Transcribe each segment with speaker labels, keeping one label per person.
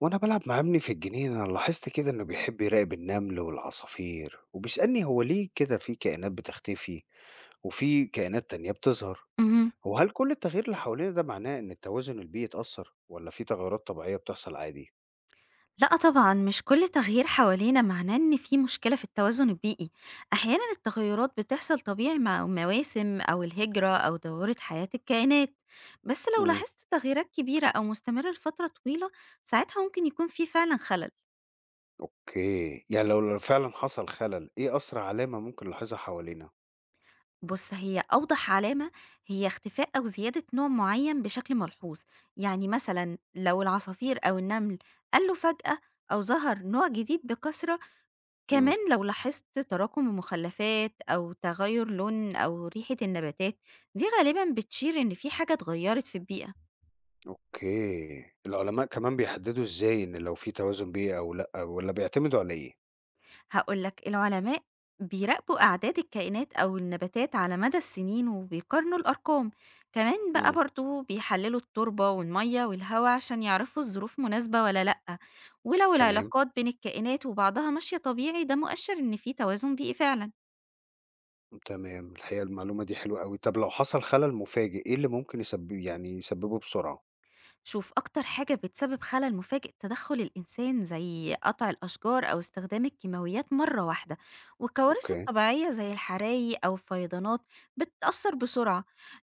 Speaker 1: وأنا بلعب مع ابني في الجنينة، أنا لاحظت كده إنه بيحب يراقب النمل والعصافير وبيسألني هو ليه كده في كائنات بتختفي وفي كائنات تانية بتظهر.
Speaker 2: اهم.
Speaker 1: هو هل كل التغيير اللي حوالينا ده معناه إن التوازن البيئي اتأثر ولا في تغيرات طبيعية بتحصل عادي؟
Speaker 2: لأ طبعًا، مش كل تغيير حوالينا معناه إن في مشكلة في التوازن البيئي، أحيانًا التغيرات بتحصل طبيعي مع المواسم أو الهجرة أو ضرورة حياة الكائنات، بس لو
Speaker 1: امم.
Speaker 2: لاحظت تغييرات كبيرة أو مستمرة لفترة طويلة، ساعتها ممكن يكون في فعلًا خلل.
Speaker 1: أوكي، يعني لو فعلا حصل خلل، إيه أسرع علامة ممكن نلاحظها حوالينا؟
Speaker 2: بُص، هي أوضح علامة هي اختفاء أو زيادة نوع معين بشكل ملحوظ، يعني مثلًا لو العصافير أو النمل قَلّوا فجأة أو ظهر نوع جديد بكثرة،
Speaker 1: امم.
Speaker 2: كمان لو لاحظت تراكم المخلفات أو تغير لون أو ريحة النباتات دي غالبا بتشير إن في حاجة اتغيرت في البيئة.
Speaker 1: أوكي، العلماء كمان بيحددوا إزاي إن لو في توازن بيئي أو لأ، ولا بيعتمدوا على إيه؟
Speaker 2: هقولك العلماء بيراقبوا أعداد الكائنات أو النباتات على مدى السنين وبيقارنوا الأرقام، كمان بقى
Speaker 1: امم.
Speaker 2: برضو بيحللوا التربة والمية والهواء عشان يعرفوا الظروف مناسبة ولا لأ، ولو
Speaker 1: تمام.
Speaker 2: العلاقات بين الكائنات وبعضها ماشية طبيعي ده مؤشر إن في توازن بيئي فعلا.
Speaker 1: تمام، الحقيقة المعلومة دي حلوة أوي. طب لو حصل خلل مفاجئ، إيه اللي ممكن يسببه بسرعة؟
Speaker 2: شوف أكتر حاجة بتسبب خلل مفاجئ تدخل الإنسان زي قطع الأشجار أو استخدام الكيماويات مرة واحدة والكوارث
Speaker 1: أوكي.
Speaker 2: الطبيعية زي الحرايق أو الفيضانات بتتأثر بسرعة.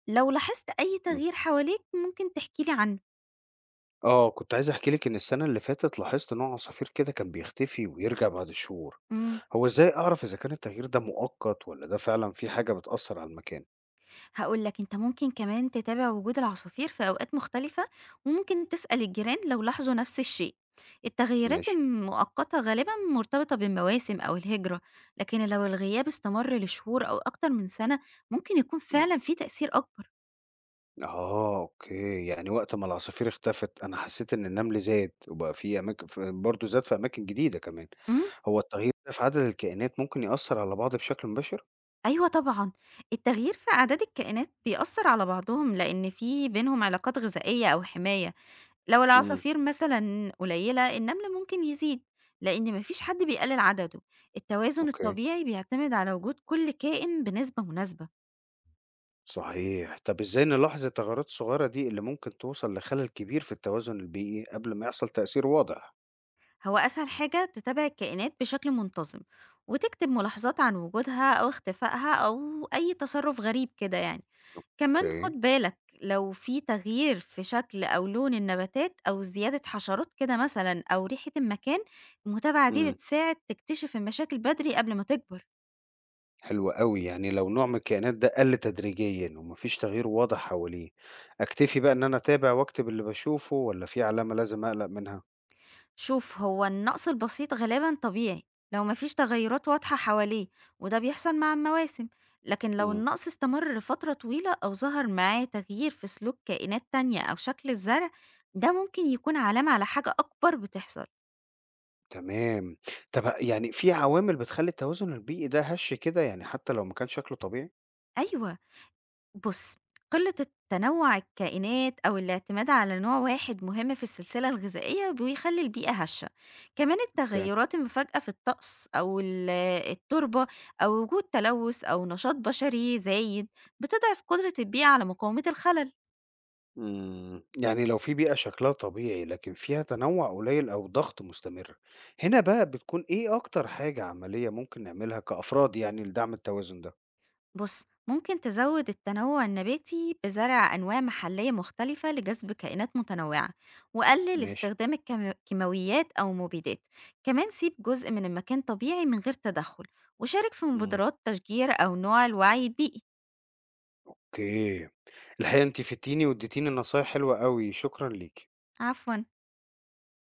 Speaker 2: لو لاحظت أي
Speaker 1: إمم.
Speaker 2: تغيير حواليك ممكن تحكيلي عنه.
Speaker 1: آه، كنت عايز أحكي لِك إن السنة اللي فاتت لاحظت نوع عصافير كده كان بيختفي ويرجع بعد شهور.
Speaker 2: مم.
Speaker 1: هو إزاي أعرف إذا كان التغيير ده مؤقت والّا ده فعلًا في حاجة بتأثر على المكان؟
Speaker 2: هاقول لك أنت ممكن كمان تتابع وجود العصافير في أوقات مختلفة، وممكن تسأل الجيران لو لاحظوا نفس الشيء. التغيرات
Speaker 1: ماشي.
Speaker 2: المؤقتة غالبًا مرتبطة بالمواسم أو الهجرة، لكن لو الغياب استمر لشهور أو أكتر من سنة ممكن يكون
Speaker 1: إمم.
Speaker 2: فعلًا في تأثير أكبر.
Speaker 1: آه، أوكي. يعني وقت ما العصافير اختفت، أنا حسيت إن النمل زاد وبقى في أماكن، ف برضه زاد في أماكن جديدة كمان.
Speaker 2: إمم،
Speaker 1: هو التغيير ده في عدد الكائنات ممكن يأثر على بعض بشكل مباشر؟
Speaker 2: أيوه طبعًا، التغيير في أعداد الكائنات بيأثر على بعضهم لأن في بينهم علاقات غذائية أو حماية. لو
Speaker 1: إمم.
Speaker 2: العصافير مثلًا قليلة، النمل ممكن يزيد، لإن ما فيش حد بيقلل عدده. التوازن
Speaker 1: أوكي.
Speaker 2: الطبيعي بيعتمد على وجود كل كائن بنسبة مناسبة.
Speaker 1: صحيح. طب إزاي نلاحظ التغيرات الصغيرة دي اللي ممكن توصل لخلل كبير في التوازن البيئي قبل ما يحصل تأثير واضح؟
Speaker 2: هو أسهل حاجة تتابع الكائنات بشكل منتظم، وتكتب ملاحظات عن وجودها أو اختفائها أو أي تصرف غريب كده يعني. كمان خُد
Speaker 1: اوكي.
Speaker 2: بالك لو في تغيير في شكل أو لون النباتات أو زيادة حشرات كده مثلًا أو ريحة المكان، المتابعة دي
Speaker 1: امم.
Speaker 2: بتساعد تكتشف المشاكل بدري قبل ما تكبر.
Speaker 1: حلو قوي، يعني لو نوع من الكائنات ده قل تدريجيا ومفيش تغيير واضح حواليه، اكتفي بقى ان انا اتابع واكتب اللي بشوفه، ولا في علامة لازم اقلق منها؟
Speaker 2: شوف هو النقص البسيط غالبا طبيعي لو مفيش تغيرات واضحة حواليه وده بيحصل مع المواسم، لكن لو
Speaker 1: امم.
Speaker 2: النقص استمر لفترة طويلة أو ظهر معاه تغيير في سلوك كائنات تانية أو شكل الزرع ده ممكن يكون علامة على حاجة أكبر بتحصل.
Speaker 1: تمام. طب يعني في عوامل بتخلي التوازن البيئي ده هش كده، يعني حتى لو ما كان شكله طبيعي؟
Speaker 2: أيوة، بُص، قلة التنوع الكائنات أو الاعتماد على نوع واحد مهم في السلسلة الغذائية بيخلّي البيئة هشة، كمان التغيرات المفاجئة في الطقس أو التربة أو وجود تلوث أو نشاط بشري زايد بتضعف قدرة البيئة على مقاومة الخلل.
Speaker 1: إمم، يعني لو في بيئة شكلها طبيعي لكن فيها تنوع قليل أو ضغط مستمر، هنا بقى بتكون إيه أكتر حاجة عملية ممكن نعملها كأفراد يعني لدعم التوازن ده؟
Speaker 2: بُص، ممكن تزوّد التنوع النباتي بزرع أنواع محلية مختلفة لجذب كائنات متنوعة، وقلل
Speaker 1: ماشي.
Speaker 2: استخدام كيماويات أو مبيدات، كمان سيب جزء من المكان طبيعي من غير تدخُّل، وشارك في
Speaker 1: إمم.
Speaker 2: مبادرات تشجير أو نوع الوعي البيئي.
Speaker 1: أوكي، الحقيقة أنتِ فدتيني واديتيني نصايح حلوة أوي، شكرًا ليكِ.
Speaker 2: عفوًا.